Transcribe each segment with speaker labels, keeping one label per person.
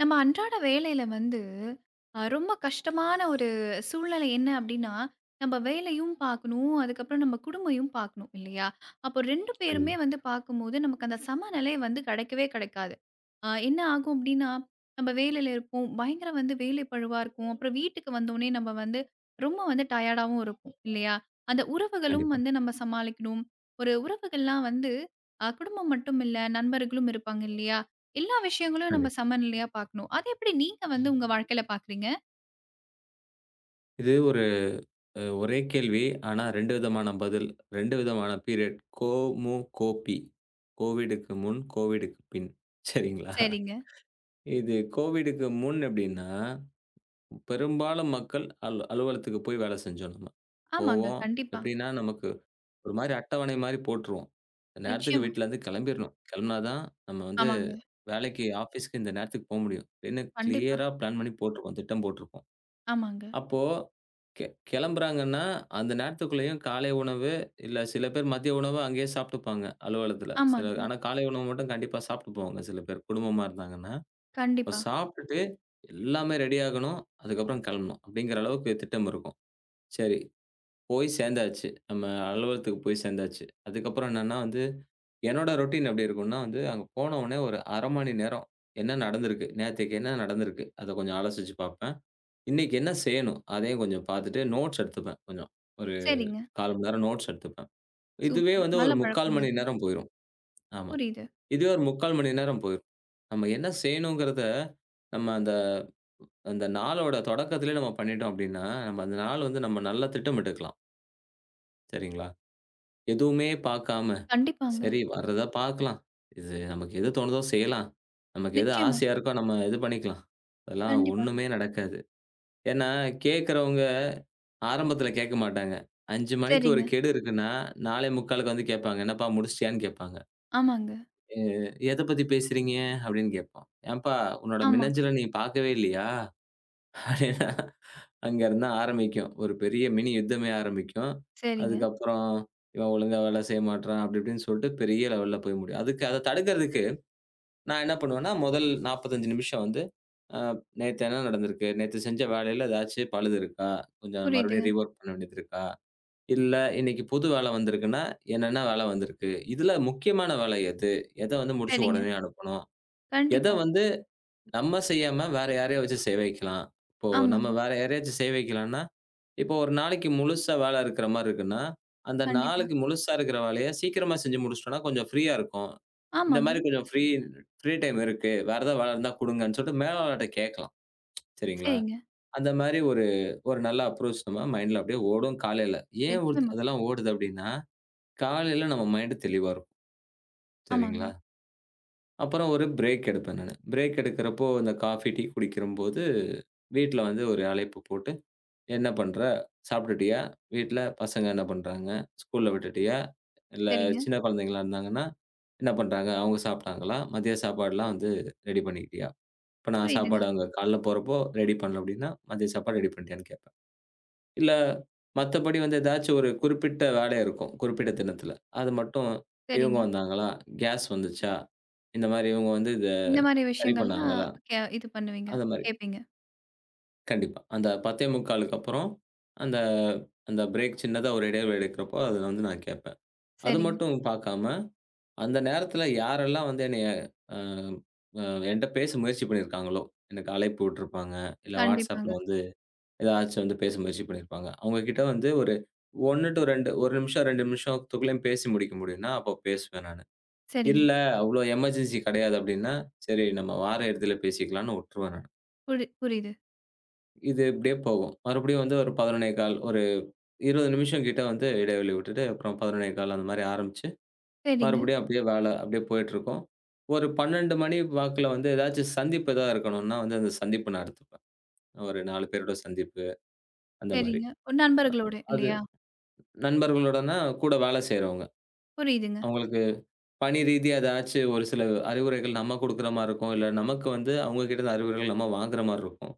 Speaker 1: நம்ம அன்றாட வேலையில வந்து ரொம்ப கஷ்டமான ஒரு சூழ்நிலை என்ன அப்படின்னா, நம்ம வேலையும் பார்க்கணும், அதுக்கப்புறம் நம்ம குடும்பமும் பார்க்கணும் இல்லையா? அப்போ 2 பேருமே
Speaker 2: கண்டிப்பா,
Speaker 1: வந்து பார்க்கும்போது நமக்கு அந்த சமநிலை வந்து கிடைக்கவே கிடைக்காது. என்ன ஆகும் அப்படின்னா, நம்ம வேலையில இருப்போம். பயங்கர வந்து வேலை பழுவா இருக்கும். அப்புறம் வீட்டுக்கு வந்தோனே நம்ம வந்து ரொம்ப வந்து டயர்டாவும் இருப்போம் இல்லையா? அந்த உறவுகளும்
Speaker 2: கண்டிப்பா,
Speaker 1: வந்து நம்ம சமாளிக்கணும். ஒரு உறவுகள்லாம் வந்து குடும்பம் மட்டும் இல்ல, நண்பர்களும் இருப்பாங்க இல்லையா? எல்லா விஷயங்களும் நம்ம
Speaker 2: கண்டிப்பா.
Speaker 1: சமநிலையா பார்க்கணும். அது எப்படி நீங்க வந்து உங்க வாழ்க்கையில பார்க்குறீங்க?
Speaker 2: இது ஒரு ஒரே கேள்வி. ஆனா 2 விதமான பதில், 2 விதமான பீரியட். கோ, மு, கோபி. கோவிடுக்கு முன், கோவிடுக்கு பின். சரிங்களா?
Speaker 1: சரிங்க.
Speaker 2: இது கோவிடுக்கு முன் எப்படின்னா, பெரும்பாலும் மக்கள் அலுவலகத்துக்கு போய் வேலை செஞ்சோம் நம்ம.
Speaker 1: ஆமாங்க.
Speaker 2: போவோம்.
Speaker 1: கண்டிப்பா.
Speaker 2: எப்படின்னா, நமக்கு ஒரு மாரி அட்டவணை மாரி போட்டுருவோம். இந்த நேரத்துக்கு
Speaker 1: நிச்சயமா.
Speaker 2: வீட்லருந்து கிளம்பிரணும். கிளம்புனா தான் நம்ம வந்து
Speaker 1: ஆமாங்க.
Speaker 2: வேலைக்கு, ஆஃபீஸ்க்கு இந்த நேரத்துக்கு போ முடியும். அப்படின்னு
Speaker 1: கண்டிப்பா.
Speaker 2: கிளியரா பிளான் பண்ணி போட்டுருப்போம். திட்டம் போட்டுருப்போம்.
Speaker 1: ஆமாங்க.
Speaker 2: அப்போ கெ கெளம்புறாங்கன்னா, அந்த நேரத்துக்குள்ளேயும் காலை உணவு, இல்ல சில பேர் மதிய உணவு அங்கேயே சாப்ட்டுப்பாங்க அலுவலகத்துல. சில
Speaker 1: ஆமாங்க.
Speaker 2: ஆனா காலை உணவு மட்டும் கண்டிப்பா சாப்ட்டு போவாங்க சில பேர், குடும்பமா இருந்தாங்கன்னா. அப்ப
Speaker 1: கண்டிப்பா.
Speaker 2: சாப்ட்டுட்டு எல்லாமே ரெடி ஆகணும், அதுக்கப்புறம் கெளம்பணும். அப்படிங்கிற அளவுக்கு திட்டம் இருக்கும். சரி, போய் சேந்தாச்சு. நம்ம அலுவலகத்துக்கு போய் சேந்தாச்சு. அதுக்கப்புறம் என்னன்னா வந்து, என்னோட ரொட்டீன் எப்படி இருக்கும்னா வந்து, அங்க போன உடனே ஒரு 1/2 மணி நேரம் என்ன நடந்திருக்கு? நேத்தைக்கு என்ன நடந்திருக்கு? அத கொஞ்சம் ஆலோசிச்சு பாப்பேன். இன்னைக்கு என்ன செய்யணும்? அதையும் கொஞ்சம் பார்த்துட்டு நோட்ஸ் எடுத்துப்பேன் கொஞ்சம். ஒரு
Speaker 1: சரிங்க.
Speaker 2: 1/4 மணி நேரம் நோட்ஸ் எடுத்துப்பேன். இதுவே
Speaker 1: சூப்பர்.
Speaker 2: வந்து
Speaker 1: நல்ல
Speaker 2: ஒரு 3/4
Speaker 1: பழக்கங்க
Speaker 2: மணி
Speaker 1: அது.
Speaker 2: நேரம் போயிரும். ஆமா.
Speaker 1: புரியுது.
Speaker 2: இதுவே ஒரு 3/4 மணி நேரம் போயிரும். நம்ம என்ன செய்யணுங்கிறத நம்ம அந்த அந்த நாளோட தொடக்கத்திலேயே நம்ம பண்ணிட்டோம் அப்படின்னா, நம்ம அந்த நாள் வந்து நம்ம நல்லா திட்டமிட்டுக்கலாம். சரிங்களா? எதுவுமே பார்க்காம,
Speaker 1: கண்டிப்பாங்க.
Speaker 2: சரி வர்றத பார்க்கலாம். இது நமக்கு எது தோணுதோ செய்யலாம். நமக்கு எது
Speaker 1: நிச்சயமா.
Speaker 2: ஆசையா இருக்கோ நம்ம இது பண்ணிக்கலாம். அதெல்லாம்
Speaker 1: கண்டிப்பா.
Speaker 2: ஒண்ணுமே நடக்காது. ஏன்னா, கேட்கிறவங்க ஆரம்பத்தில கேட்க மாட்டாங்க. 5:00 மணிக்கு ஒரு
Speaker 1: சரிங்க.
Speaker 2: கெடு இருக்குன்னா, 4:45க்கு வந்து கேட்பாங்க. "என்னப்பா முடிச்சிட்டியான்னு?" கேட்பாங்க.
Speaker 1: ஆமாங்க.
Speaker 2: "எ எத பத்தி பேசுறீங்க?" அப்படின்னு கேட்போம். "ஏன்பா உன்னோட
Speaker 1: ஆமா.
Speaker 2: மின்னஞ்சல நீ பார்க்கவே இல்லையா?" அப்படின்னா அங்க இருந்து தான் ஆரம்பிக்கும். ஒரு பெரிய மினி யுத்தமே ஆரம்பிக்கும்.
Speaker 1: சரிங்க.
Speaker 2: அதுக்கப்புறம் இவன் ஒழுங்கா வேலை செய்ய மாட்றான், அப்படி இப்படின்னு சொல்லிட்டு பெரிய லெவல்ல போய் முடியும். அதுக்கு அத தடுக்கிறதுக்கு நான் என்ன பண்ணுவேன்னா, முதல் 45 நிமிஷம் வந்து, அ நேத்து என்ன நடந்திருக்கு? நேத்து செஞ்ச வேலையில ஏதாச்சும் பழுது இருக்கா? கொஞ்சம் மறுபடியும்
Speaker 1: புரியுதுங்க.
Speaker 2: ரீவொர்க் பண்ண வேண்டியது இருக்கா? இல்ல இன்னைக்கு புது வேலை வந்திருக்குன்னா, என்னென்ன வேலை வந்திருக்கு? இதுல முக்கியமான வேலை எது? எத வந்து முடிச்சு
Speaker 1: சரிங்க.
Speaker 2: உடனே அனுப்பணும்? எத
Speaker 1: கண்டிப்பா.
Speaker 2: வந்து நம்ம செய்யாம வேற யாரையோ வச்சு செய்ய வைக்கலாம். இப்போ நம்ம
Speaker 1: ஆமாங்க.
Speaker 2: வேற யாரையாச்சும் செய்ய வைக்கலான்னா, இப்போ ஒரு நாளைக்கு முழுசா வேலை இருக்கிற மாரி இருக்குன்னா, அந்த
Speaker 1: கண்டிப்பா.
Speaker 2: நாளுக்கு முழுசா இருக்கிற வேலைய சீக்கிரமா செஞ்சு முடிச்சுட்டோம்னா கொஞ்சம் ஃப்ரீயா இருக்கும். இந்த
Speaker 1: ஆமாங்க.
Speaker 2: மாரி கொஞ்சம் ஃப்ரீ ஃப்ரீ டைம் இருக்கு. வேற ஏதாவது வேலை இருந்தா குடுங்கன்னு சொல்லிட்டு மேலாளர்ட்ட கேட்கலாம். சரிங்களா?
Speaker 1: சரிங்க.
Speaker 2: அந்த மாரி ஒரு ஒரு நல்ல அப்ரோச் நம்ம மைண்ட்ல அப்படியே ஓடும் காலையில. ஏன் ஓடுது
Speaker 1: நிச்சயமா.
Speaker 2: அதெல்லாம் ஓடுது அப்படின்னா, காலையில நம்ம மைண்ட் தெளிவா இருக்கும்.
Speaker 1: ஆமாங்க.
Speaker 2: சரிங்களா? அப்புறம் ஒரு பிரேக் எடுப்பேன் நானு. பிரேக் எடுக்கிறப்போ இந்த காஃபி, டீ குடிக்கிறம்போது, வீட்ல வந்து ஒரு அழைப்பு போட்டு, "என்ன பண்ற? சாப்பிட்டுட்டியா? வீட்ல பசங்க என்ன பண்றாங்க? ஸ்கூல்ல விட்டுட்டியா? இல்ல
Speaker 1: சரிங்க.
Speaker 2: சின்ன குழந்தைங்களா இருந்தாங்கன்னா, என்ன பண்றாங்க? அவங்க சாப்பிட்டாங்களா? மதிய சாப்பாடுலாம் வந்து ரெடி பண்ணிக்கிட்டியா? இப்ப நான்
Speaker 1: புரியுதுங்க.
Speaker 2: சாப்பாடு அங்க காலைல போறப்போ ரெடி பண்ணல அப்படின்னா, மதிய சாப்பாடு ரெடி பண்ணிட்டியான்னு கேட்பேன். இல்ல மத்தபடி வந்து ஏதாச்சும் ஒரு குறிப்பிட்ட வேலை இருக்கும். குறிப்பிட்ட தினத்துல. அது மட்டும் இவங்க
Speaker 1: சரிங்க.
Speaker 2: வந்தாங்களா? கேஸ் வந்துச்சா? இந்த மாரி இவங்க வந்து இத
Speaker 1: இந்த மாரி
Speaker 2: சரி
Speaker 1: விஷயங்கள்லாம்
Speaker 2: பண்ணாங்களா?
Speaker 1: இது பண்ணுவீங்க.
Speaker 2: அந்த மாரி.
Speaker 1: கேட்பீங்க.
Speaker 2: கண்டிப்பா. அந்த 10:45க்கு அப்புறம், அந்த அந்த பிரேக் சின்னதா ஒரு இடைவேளை எடுக்கிறப்போ, அதுல வந்து நான் கேட்பேன். அது
Speaker 1: சரிங்க.
Speaker 2: மட்டும் பார்க்காம, அந்த நேரத்துல யாரெல்லாம் வந்து என்னைய அ அ என்ட்ட பேச முயற்சி பண்ணியிருக்காங்களோ, எனக்கு அழைப்பு விட்டுருப்பாங்க, இல்ல
Speaker 1: கண்டிப்பாங்க.
Speaker 2: WhatsAppல வந்து ஏதாச்சும் வந்து பேச முயற்சி பண்ணியிருப்பாங்க. அவங்க கிட்ட வந்து ஒரு 1 டூ 2 1 நிமிஷம், 2 நிமிஷத்துக்குள்ளயும் பேசி முடிக்க முடியும்னா, அப்போ பேசுவேன் நானு.
Speaker 1: சரிங்க.
Speaker 2: இல்ல அவ்ளோ எமர்ஜென்சி கிடையாது அப்படின்னா, சரி நம்ம வார இறுதியில பேசிக்கலாம்ன்னு விட்டுருவேன் நானு.
Speaker 1: புரியுது.
Speaker 2: இது இப்படியே போகும். மறுபடியும் வந்து ஒரு 11:15 ஒரு 20 நிமிஷம் கிட்ட வந்து இடைவெளி விட்டுட்டு, அப்புறம் 11:15 அந்த மாரி ஆரம்பிச்சு,
Speaker 1: சரிங்க,
Speaker 2: மறுபடியும் அப்படியே வேல அப்படியே போயிட்டுருக்கும். ஒரு 12 மணி வாக்குல வந்து ஏதாச்சும் சந்திப்பு எதா இருக்கணும்னா வந்து அந்த சந்திப்பு நடத்துப்பேன். ஒரு 4 பேரோட சந்திப்பு அந்த மாரி.
Speaker 1: சரிங்க. ஒரு நண்பர்களோட
Speaker 2: அது
Speaker 1: இல்லையா?
Speaker 2: நண்பர்களோடனா கூட வேல செய்றவங்க.
Speaker 1: புரியுதுங்க.
Speaker 2: அவங்களுக்கு பணி ரீதியா ஏதாச்சும் ஒரு சில அறிவுரைகள் நம்ம குடுக்குற மாரி இருக்கும். இல்ல நமக்கு வந்து அவங்க கிட்ட இருந்து அறிவுரைகள் நம்ம வாங்குற மாரி இருக்கும்.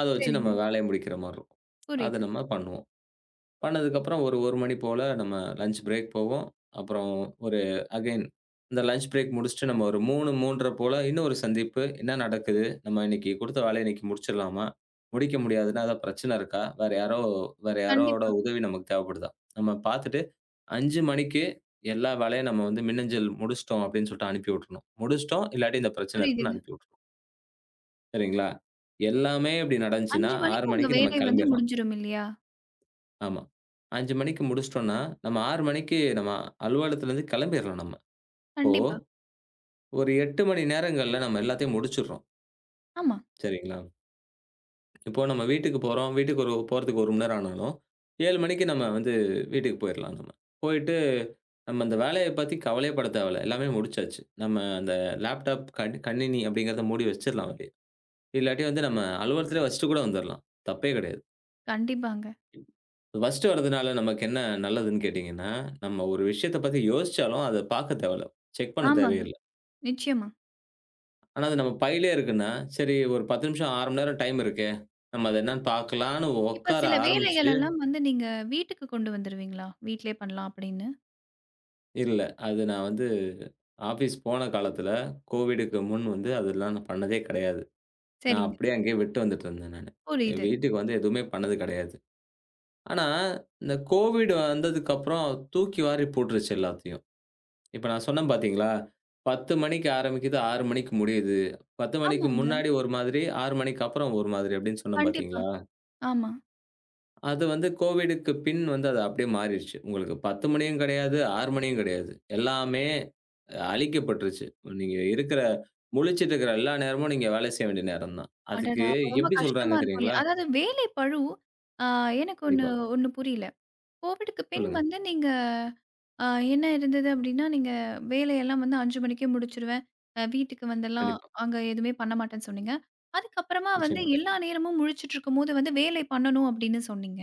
Speaker 2: அத வச்சு நம்ம
Speaker 1: சரிங்க.
Speaker 2: வேலைய முடிக்கிற மாரி இருக்கும். அத
Speaker 1: புரியுது.
Speaker 2: நம்ம பண்ணுவோம். பண்ணதுக்கப்புறம் ஒரு 1 மணி போல நம்ம லஞ்ச் பிரேக் போவோம். அப்புறம் ஒரு அகைன் இந்த லஞ்ச் பிரேக் முடிச்சுட்டு நம்ம ஒரு 3, 3:30 போல இன்னொரு சந்திப்பு. என்ன நடக்குது? நம்ம இன்னைக்கு குடுத்த வேலைய இன்னைக்கு முடிச்சிடலாமா? முடிக்க முடியாதுன்னா ஏதாவது பிரச்சனை இருக்கா? வேற யாரோட
Speaker 1: கண்டிப்பா.
Speaker 2: உதவி நமக்கு தேவைப்படுதா? நம்ம பார்த்துட்டு 5 மணிக்கு எல்லா வேலையும் நம்ம வந்து மின்னஞ்சல் முடிச்சுட்டோம் அப்படின்னு சொல்லிட்டு அனுப்பி விட்டுறணும். முடிச்சுட்டோம், இல்லாட்டி இந்த பிரச்சனை இருக்குன்னு
Speaker 1: புரியுதுங்க.
Speaker 2: அனுப்பி விட்டுறணும். சரிங்களா? எல்லாமே இப்படி நடந்துச்சுன்னா
Speaker 1: 5
Speaker 2: 6
Speaker 1: மணிக்கு உங்க
Speaker 2: மணிக்கு நம்ம
Speaker 1: வேலை வந்து
Speaker 2: கிளம்பிடலாம்.
Speaker 1: முடிஞ்சிரும் இல்லையா?
Speaker 2: ஆமா. 5 மணிக்கு முடிச்சிட்டோம்ன்னா, நம்ம 6 மணிக்கு நம்ம அலுவலகத்திலருந்து கிளம்பிர்லாம் நம்ம. இப்போ
Speaker 1: கண்டிப்பா.
Speaker 2: ஒரு 8 மணி நேரங்கள்ல நம்ம எல்லாத்தையும் முடிச்சுடுறோம்.
Speaker 1: ஆமா.
Speaker 2: சரிங்களா? இப்போ நம்ம வீட்டுக்கு போறோம். வீட்டுக்கு ஒரு போறதுக்கு 1 மணி நேரம் ஆனாலும், 7 மணிக்கு நம்ம வந்து வீட்டுக்கு போயிரலாம் நம்ம. போயிட்டு நம்ம அந்த வேலைய பத்தி கவலையே பட தேவையில்ல. எல்லாமே முடிச்சாச்சு. நம்ம அந்த லேப்டாப் கணினி அப்படிங்கிறத மூடி வச்சிரலாம் வெளிய. இல்லாட்டி வந்து நம்ம அலுவலகத்திலே வச்சுட்டு கூட வந்துரலாம். தப்பே கிடையாது.
Speaker 1: கண்டிப்பாங்க.
Speaker 2: ஃபர்ஸ்ட்டு வரதுனால நமக்கு என்ன நல்லதுன்னு கேட்டீங்கன்னா, நம்ம ஒரு விஷயத்த பத்தி யோசிச்சாலும் அத பார்க்க தேவையில்ல. செக் பண்ண
Speaker 1: ஆமாங்க.
Speaker 2: தேவையில்ல.
Speaker 1: நிச்சயமா.
Speaker 2: ஆனா அது நம்ம பையிலே இருக்குன்னா, சரி ஒரு 10 நிமிஷம் 1/2 மணி நேரம் டைம் இருக்கே. நம்ம அது என்னன்னு பார்க்கலான்னு
Speaker 1: இப்ப
Speaker 2: உட்கார
Speaker 1: சில வேலைகள்
Speaker 2: ஆரம்பிச்சு
Speaker 1: எல்லாம் வந்து நீங்க வீட்டுக்கு கொண்டு வந்துருவீங்களா? வீட்லயே பண்ணலாம் அப்படின்னு.
Speaker 2: இல்ல. அது நான் வந்து ஆஃபீஸ் போன காலத்துல கோவிடுக்கு முன் வந்து அதெல்லாம் நான் பண்ணதே கிடையாது. நான்
Speaker 1: சரிங்க.
Speaker 2: அப்படியே அங்கேயே விட்டு வந்துட்டு இருந்தேன் நானு. என்
Speaker 1: புரியுது.
Speaker 2: வீட்டுக்கு வந்து எதுவுமே பண்ணது கிடையாது. ஆனா இந்த கோவிட் வந்ததுக்கப்புறம் தூக்கி வாரி போட்டுருச்சு எல்லாத்தையும். இப்ப நான் சொன்னேன் பார்த்தீங்களா? 10:00 மணிக்கு ஆரம்பிக்குது, 6:00 மணிக்கு முடியுது. 10:00 மணிக்கு
Speaker 1: ஆமாங்க.
Speaker 2: முன்னாடி ஒரு மாதிரி, 6:00 மணிக்கு அப்புறம் ஒரு மாதிரி அப்படின்னு சொன்னேன்
Speaker 1: கண்டிப்பா.
Speaker 2: பார்த்தீங்களா?
Speaker 1: ஆமா.
Speaker 2: அது வந்து கோவிடுக்கு பின் வந்து அது அப்படியே மாறிருச்சு. உங்களுக்கு 10:00 மணியும் கிடையாது, 6:00 மணியும் கிடையாது. எல்லாமே அழிக்கப்பட்டுருச்சு. நீங்க முழிச்சிட்டு இருக்கிற எல்லா நேரமும் நீங்க வேலை செய்ய வேண்டிய நேரம் தான். அதுக்கு
Speaker 1: அடடா! அப்ப ரொம்ப
Speaker 2: எப்படி சொல்றாங்க
Speaker 1: கஷ்டமா இருக்கும்
Speaker 2: தெரியுங்களா?
Speaker 1: இல்லையா? அதாவது வேலை பழு ஆ எனக்கு ஒண்ணு
Speaker 2: கண்டிப்பா.
Speaker 1: ஒண்ணு புரியல. கோவிடுக்கு பின்
Speaker 2: சொல்லுங்க.
Speaker 1: வந்து நீங்க அ என்ன இருந்தது அப்டின்னா, நீங்க வேலையெல்லாம் வந்து 5 மணிக்கே முடிச்சுருவேன். வீட்டுக்கு வந்தெல்லாம்
Speaker 2: கண்டிப்பா.
Speaker 1: அங்க எதுவுமே பண்ண மாட்டேன்னு சொன்னீங்க. அதுக்கப்புறமா வந்து
Speaker 2: நிச்சயமா.
Speaker 1: எல்லா நேரமும் முழிச்சுட்ருக்கும்போது வந்து வேலை பண்ணணும் அப்டின்னு சொன்னீங்க.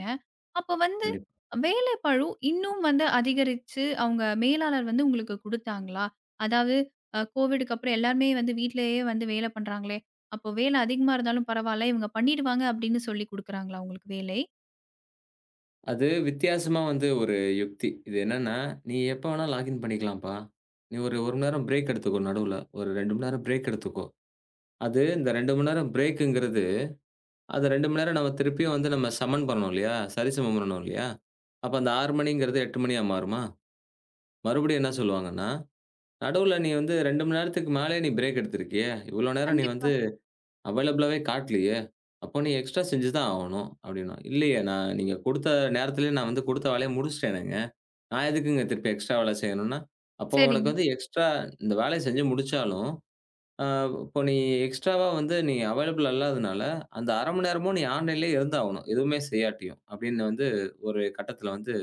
Speaker 1: அப்ப வந்து
Speaker 2: கண்டிப்பா.
Speaker 1: வேலை பளு இன்னும் வந்து அதிகரிச்சு அவங்க மேலாளர் வந்து உங்களுக்கு குடுத்தாங்களா? அதாவது கோவிடுக்கு அப்புறம் எல்லாருமே வந்து வீட்லயே வந்து வேலை பண்றாங்களே! அப்போ வேலை அதிகமா இருந்தாலும் பரவால்ல, இவங்க பண்ணிடுவாங்க அப்டின்னு சொல்லி குடுக்குறாங்களா உங்களுக்கு வேலை?
Speaker 2: அது வித்தியாசமா வந்து ஒரு யுக்தி. இது என்னன்னா, "நீ எப்ப வேணா லாகின் பண்ணிக்கலாம்ப்பா. நீ ஒரு 1 மணி நேரம் பிரேக் எடுத்துக்கோ நடுவுல. ஒரு 2 மணி நேரம் பிரேக் எடுத்துக்கோ." அது இந்த 2 மணி நேரம் பிரேக்குங்கிறது, அது 2 மணி நேரம் நம்ம திருப்பியும் வந்து நம்ம சமன் பண்ணணும் இல்லையா? சரிசமம் பண்ணணும் இல்லையா? அப்ப அந்த 6 மணிங்கிறது 8 மணியா மாறுமா? மறுபடியும் என்ன சொல்லுவாங்கன்னா, "நடுவுல நீ வந்து 2 மணி நேரத்துக்கு மேலயே நீ பிரேக் எடுத்திருக்கியே. இவ்வளோ நேரம் நீ
Speaker 1: கண்டிப்பா.
Speaker 2: வந்து அவைலபிளாவே காட்டலையே. அப்போ நீ எக்ஸ்ட்ரா செஞ்சு தான் ஆகணும்." அப்படின்னுவான். "இல்லையே, நான் நீங்க குடுத்த நேரத்திலேயே நான் வந்து குடுத்த வேலைய முடிச்சுட்டேனேங்க." நான் எதுக்குங்க திருப்பி எக்ஸ்ட்ரா வேலை செய்யணும்னா, அப்போ
Speaker 1: சரிங்க.
Speaker 2: உனக்கு வந்து எக்ஸ்ட்ரா இந்த வேலைய செஞ்சு முடிச்சாலும், அ இப்போ நீ எக்ஸ்ட்ராவா வந்து நீ அவைலபிள் அல்லாதனால, அந்த 1/2 மணி நேரமும் நீ ஆன்லைன்லயே இருந்தாகணும். எதுவுமே செய்யாட்டியும். அப்படின்னு வந்து ஒரு கட்டத்தில வந்து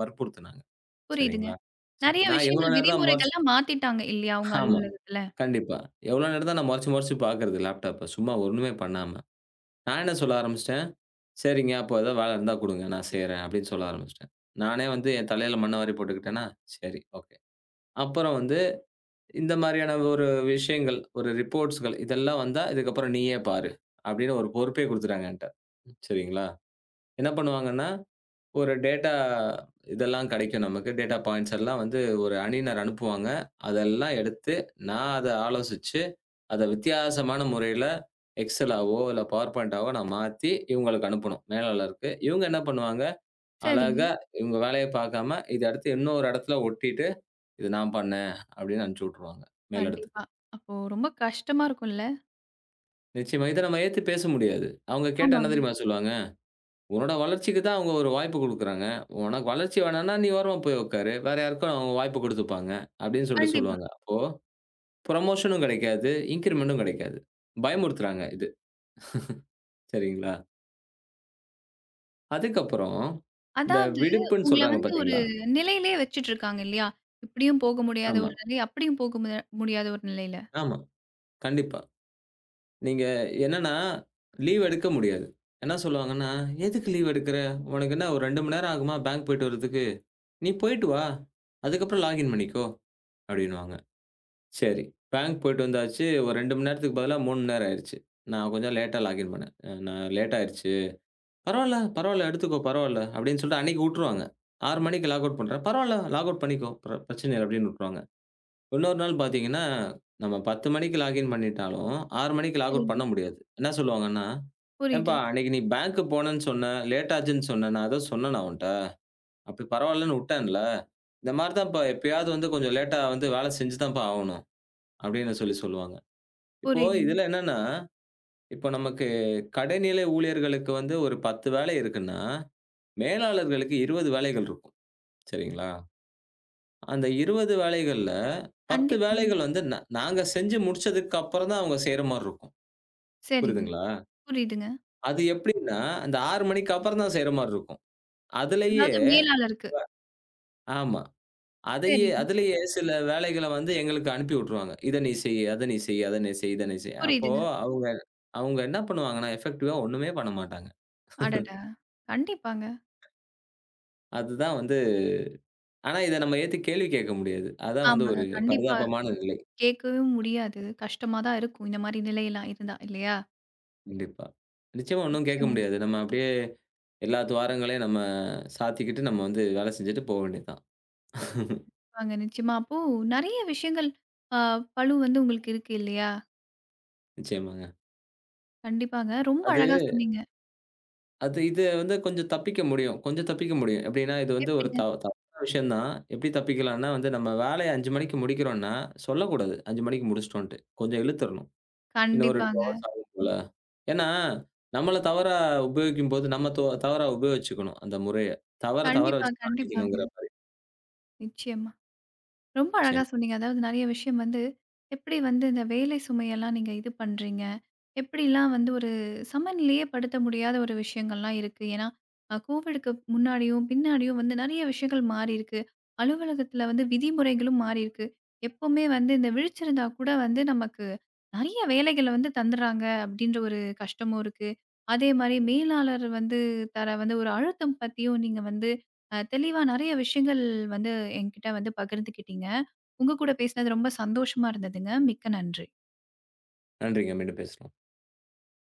Speaker 2: வற்புறுத்துனாங்க.
Speaker 1: புரியுதுங்க.
Speaker 2: சரிங்களா? சரி.
Speaker 1: நெறைய
Speaker 2: நான் எவ்வளோ
Speaker 1: விஷயங்கள்
Speaker 2: நேரம் தான் மொறச்சு
Speaker 1: விதிமுறைகள்லாம் மாத்திட்டாங்க இல்லையா? உங்க
Speaker 2: ஆமா.
Speaker 1: அலுவலகத்துல?
Speaker 2: கண்டிப்பா. எவ்வளோ நேரம் தான் நான் மொறச்சு மொறச்சு பார்க்குறது லேப்டாப்ப. சும்மா ஒண்ணுமே பண்ணாம. நான் என்ன சொல்ல ஆரம்பிச்சுட்டேன், "சரிங்க, அப்போ ஏதாவது வேலை இருந்தா குடுங்க. நான் செய்றேன்." அப்படின்னு சொல்ல ஆரம்பிச்சுட்டேன். நானே வந்து என் தலையில மண்ண வாரி போட்டுக்கிட்டேனா, சரி. ஓகே. அப்புறம் வந்து இந்த மாரியான ஒரு விஷயங்கள், ஒரு ரிப்போர்ட்ஸ்கள் இதெல்லாம் வந்தா, இதுக்கப்புறம் நீயே பாரு. அப்படின்னு ஒரு பொறுப்பே குடுத்துட்டாங்க என்ட்ட. சரிங்களா? என்ன பண்ணுவாங்கன்னா, ஒரு டேட்டா இதெல்லாம் கிடைக்கும் நமக்கு. டேட்டா பாயிண்ட்ஸ் எல்லாம் வந்து ஒரு அணியினர் அனுப்புவாங்க. அதெல்லாம் எடுத்து, நான் அத ஆலோசிச்சு, அத வித்தியாசமான முறையில எக்ஸெல்லாவோ, இல்ல பவர் பாயிண்டாவோ நான் மாத்தி இவங்களுக்கு அனுப்பணும், மேலாளருக்கு. இவங்க என்ன பண்ணுவாங்க,
Speaker 1: சரிங்க.
Speaker 2: அழகா இவங்க வேலைய பாக்காம, இத அடுத்து இன்னொரு இடத்துல ஒட்டிட்டு இது நான் பண்ணேன் அப்படின்னு அனுப்பிச்சு விட்டுருவாங்க மேலிடத்துக்கு.
Speaker 1: கண்டிப்பா. அப்போ ரொம்ப கஷ்டமா இருக்கும்ல?
Speaker 2: நிச்சயமா இத நம்ம ஏத்து பேச முடியாது. அவங்க கேட்டா என்ன
Speaker 1: ஆமாங்க.
Speaker 2: தெரியுமா சொல்லுவாங்க? "உன்னோட வளர்ச்சிக்கு தான் அவங்க ஒரு வாய்ப்பு குடுக்குறாங்க. உனக்கு வளர்ச்சி வேணாம்னா நீ ஓரமா போய் உட்காரு. வேற யாருக்கும் அவங்க வாய்ப்பு குடுத்துப்பாங்க" அப்படின்னு சொல்லிட்டு
Speaker 1: கண்டிப்பா.
Speaker 2: சொல்லுவாங்க. அப்போ புரமோஷனும் கிடைக்காது, இன்கிரிமென்டும் கிடைக்காது. பயமுறுத்துறாங்க இது. சரிங்களா? அதுக்கப்புறம் இந்த
Speaker 1: அதாவது
Speaker 2: விடுப்புன்னு
Speaker 1: உங்கள
Speaker 2: சொல்றாங்க
Speaker 1: வந்து ஒரு
Speaker 2: பார்த்தீங்களா?
Speaker 1: நிலையிலேயே வச்சுட்டுருக்காங்க இல்லையா? இப்படியும் போக முடியாத
Speaker 2: ஆமா,
Speaker 1: ஒரு நிலை, அப்படியும் போக முடியாத ஒரு நிலையில.
Speaker 2: ஆமா. கண்டிப்பா. நீங்க என்னன்னா, லீவ் எடுக்க முடியாது. என்ன சொல்லுவாங்கன்னா, "எதுக்கு லீவ் எடுக்குற? உனக்கு என்ன ஒரு 2 மணி நேரம் ஆகுமா பேங்க் போயிட்டு வரதுக்கு? நீ போயிட்டு வா. அதுக்கப்புறம் லாகின் பண்ணிக்கோ" அப்படின்னுவாங்க. சரி, பேங்க் போயிட்டு வந்தாச்சு. ஒரு 2 மணி நேரத்துக்கு பதிலா 3 மணி நேரம் ஆயிருச்சு. நான் கொஞ்சம் லேட்டா லாகின் பண்ணேன். நான் லேட் ஆயிருச்சு. "பரவால்ல, பரவால்ல எடுத்துக்கோ, பரவால்ல" அப்படின்னு சொல்லிட்டு அன்னைக்கு வுட்டுருவாங்க. 6 மணிக்கு லாக் அவுட் பண்றேன். "பரவால்ல, லாக் அவுட் பண்ணிக்கோ. பிரச்சனை இல்ல" அப்படின்னு வுட்டுருவாங்க. இன்னொரு நாள் பார்த்தீங்கன்னா, நம்ம 10 மணிக்கு லாகின் பண்ணிட்டாலும், 6 மணிக்கு லாக் அவுட்
Speaker 1: சரிங்க.
Speaker 2: பண்ண முடியாது. என்ன சொல்லுவாங்கன்னா,
Speaker 1: புரியுது,
Speaker 2: "ஏன்பா அன்னைக்கு நீ பேங்க்கு போனேன்னு சொன்ன, லேட் ஆச்சுன்னு சொன்ன. நான் ஏதோ சொன்னேனா உன்ட்ட? அப்படி பரவாயில்லன்னு உட்டேன்ல? இந்த மாரி தான்ப்பா எப்பயாவது வந்து கொஞ்சம் லேட்டா வந்து வேலை செஞ்சு தான்ப்பா ஆவணும்." அப்படின்னு சொல்லி சொல்லுவாங்க. இப்போ
Speaker 1: புரியுதுங்க.
Speaker 2: இதுல என்னன்னா, இப்போ நமக்கு கடைநிலை ஊழியர்களுக்கு வந்து ஒரு 10 வேலை இருக்குன்னா, மேலாளர்களுக்கு 20 வேலைகள் இருக்கும். சரிங்களா? அந்த 20 வேலைகள்ல 10
Speaker 1: கண்டிப்பாங்க.
Speaker 2: வேலைகள் வந்து நாங்க செஞ்சு முடிச்சதுக்கு அப்புறம் தான் அவங்க செய்ற மாரி இருக்கும்.
Speaker 1: சரிங்க.
Speaker 2: புரியுதுங்களா?
Speaker 1: புரியுதுங்க.
Speaker 2: அது எப்படின்னா, அந்த 6 மணிக்கு அப்புறம் தான் செய்ற மாரி இருக்கும். அதுலயே
Speaker 1: அதாவது மேலாளருக்கு.
Speaker 2: ஆமா. அதையே
Speaker 1: சரிங்க.
Speaker 2: அதுலயே சில வேலைகள வந்து எங்களுக்கு அனுப்பி விட்டுருவாங்க. "இத நீ செய், அத நீ செய், அத நீ செய், இத நீ செய்." அப்போ
Speaker 1: புரியுதுங்க.
Speaker 2: அவங்க அவங்க என்ன பண்ணுவாங்கன்னா, எஃபெக்டிவா ஒண்ணுமே பண்ண மாட்டாங்க.
Speaker 1: அடடா! கண்டிப்பாங்க.
Speaker 2: அதுதான் வந்து ஆனா இத நம்ம ஏத்து கேள்வி கேட்க முடியாது. அதான் வந்து
Speaker 1: ஆமாங்க.
Speaker 2: ஒரு
Speaker 1: கண்டிப்பா.
Speaker 2: பரிதாபமான நிலை.
Speaker 1: கேட்கவும் முடியாது. கஷ்டமா தான் இருக்கும். இந்த மாரி நிலையெல்லாம் இருந்தா இல்லையா?
Speaker 2: கண்டிப்பா. நிச்சயமா ஒண்ணும் கேட்க
Speaker 1: நிச்சயமா.
Speaker 2: முடியாது. நம்ம அப்படியே எல்லா துவாரங்களையும் நம்ம சாத்திக்கிட்டு நம்ம வந்து வேலை செஞ்சுட்டு போ வேண்டியது தான்.
Speaker 1: கண்டிப்பாங்க. நிச்சயமா. அப்போ நெறைய விஷயங்கள் அ பளு வந்து உங்களுக்கு இருக்கு இல்லையா?
Speaker 2: நிச்சயமாங்க.
Speaker 1: கண்டிப்பாங்க. ரொம்ப
Speaker 2: அது
Speaker 1: அழகா சொன்னீங்க.
Speaker 2: அது இது வந்து கொஞ்சம் தப்பிக்க முடியும். கொஞ்சம் தப்பிக்க முடியும். எப்படின்னா இது வந்து ஒரு
Speaker 1: எப்படிங்க?
Speaker 2: தப்பான விஷயம் தான். எப்படி தப்பிக்கலாம்னா வந்து நம்ம வேலைய 5:00 மணிக்கு முடிக்கிறோம்னா, சொல்லக்கூடாது 5:00 மணிக்கு முடிச்சுட்டோன்ட்டு. கொஞ்சம் இழுத்துறணும். இன்னும் ஒரு 2
Speaker 1: கண்டிப்பாங்க.
Speaker 2: ஹவர்ஸ் ஆகும் போல. ஏன்னா, நம்மள தவறா உபயோகிக்கும்போது நம்ம தவறா உபயோகிச்சுக்கணும் அந்த முறைய. தவற தவற
Speaker 1: கண்டிப்பா,
Speaker 2: வச்சு தான் அடிக்கணுங்கிற
Speaker 1: கண்டிப்பாங்க.
Speaker 2: மாரி.
Speaker 1: நிச்சயமா. ரொம்ப அழகா
Speaker 2: நிச்சயமா.
Speaker 1: சொன்னீங்க. அதாவது நெறைய விஷயம் வந்து எப்படி வந்து இந்த வேலை சுமையெல்லாம் நீங்க இது பண்றீங்க? எப்படிலாம் வந்து ஒரு சமநிலையே படுத்த முடியாத ஒரு விஷயங்கள்லாம் இருக்கு. ஏன்னா, கோவிடுக்கு முன்னாடியும், பின்னாடியும் வந்து நெறைய விஷயங்கள் மாறியிருக்கு. அலுவலகத்தில வந்து விதிமுறைகளும் மாறியிருக்கு. எப்பவுமே வந்து இந்த விழிச்சிருந்தா கூட வந்து நமக்கு நெறைய வேலைகள வந்து தந்துர்றாங்க அப்டின்ற ஒரு கஷ்டமும் இருக்கு. அதே மாரி மேலாளர் வந்து தர வந்து ஒரு அழுத்தம் பத்தியும் நீங்க வந்து தெளிவா நெறைய விஷயங்கள் வந்து என்கிட்ட வந்து பகிர்ந்துக்கிட்டீங்க. உங்க கூட பேசினது ரொம்ப சந்தோஷமா இருந்ததுங்க. மிக்க நன்றி.
Speaker 2: நன்றிங்க. மீண்டும் பேசலாம்.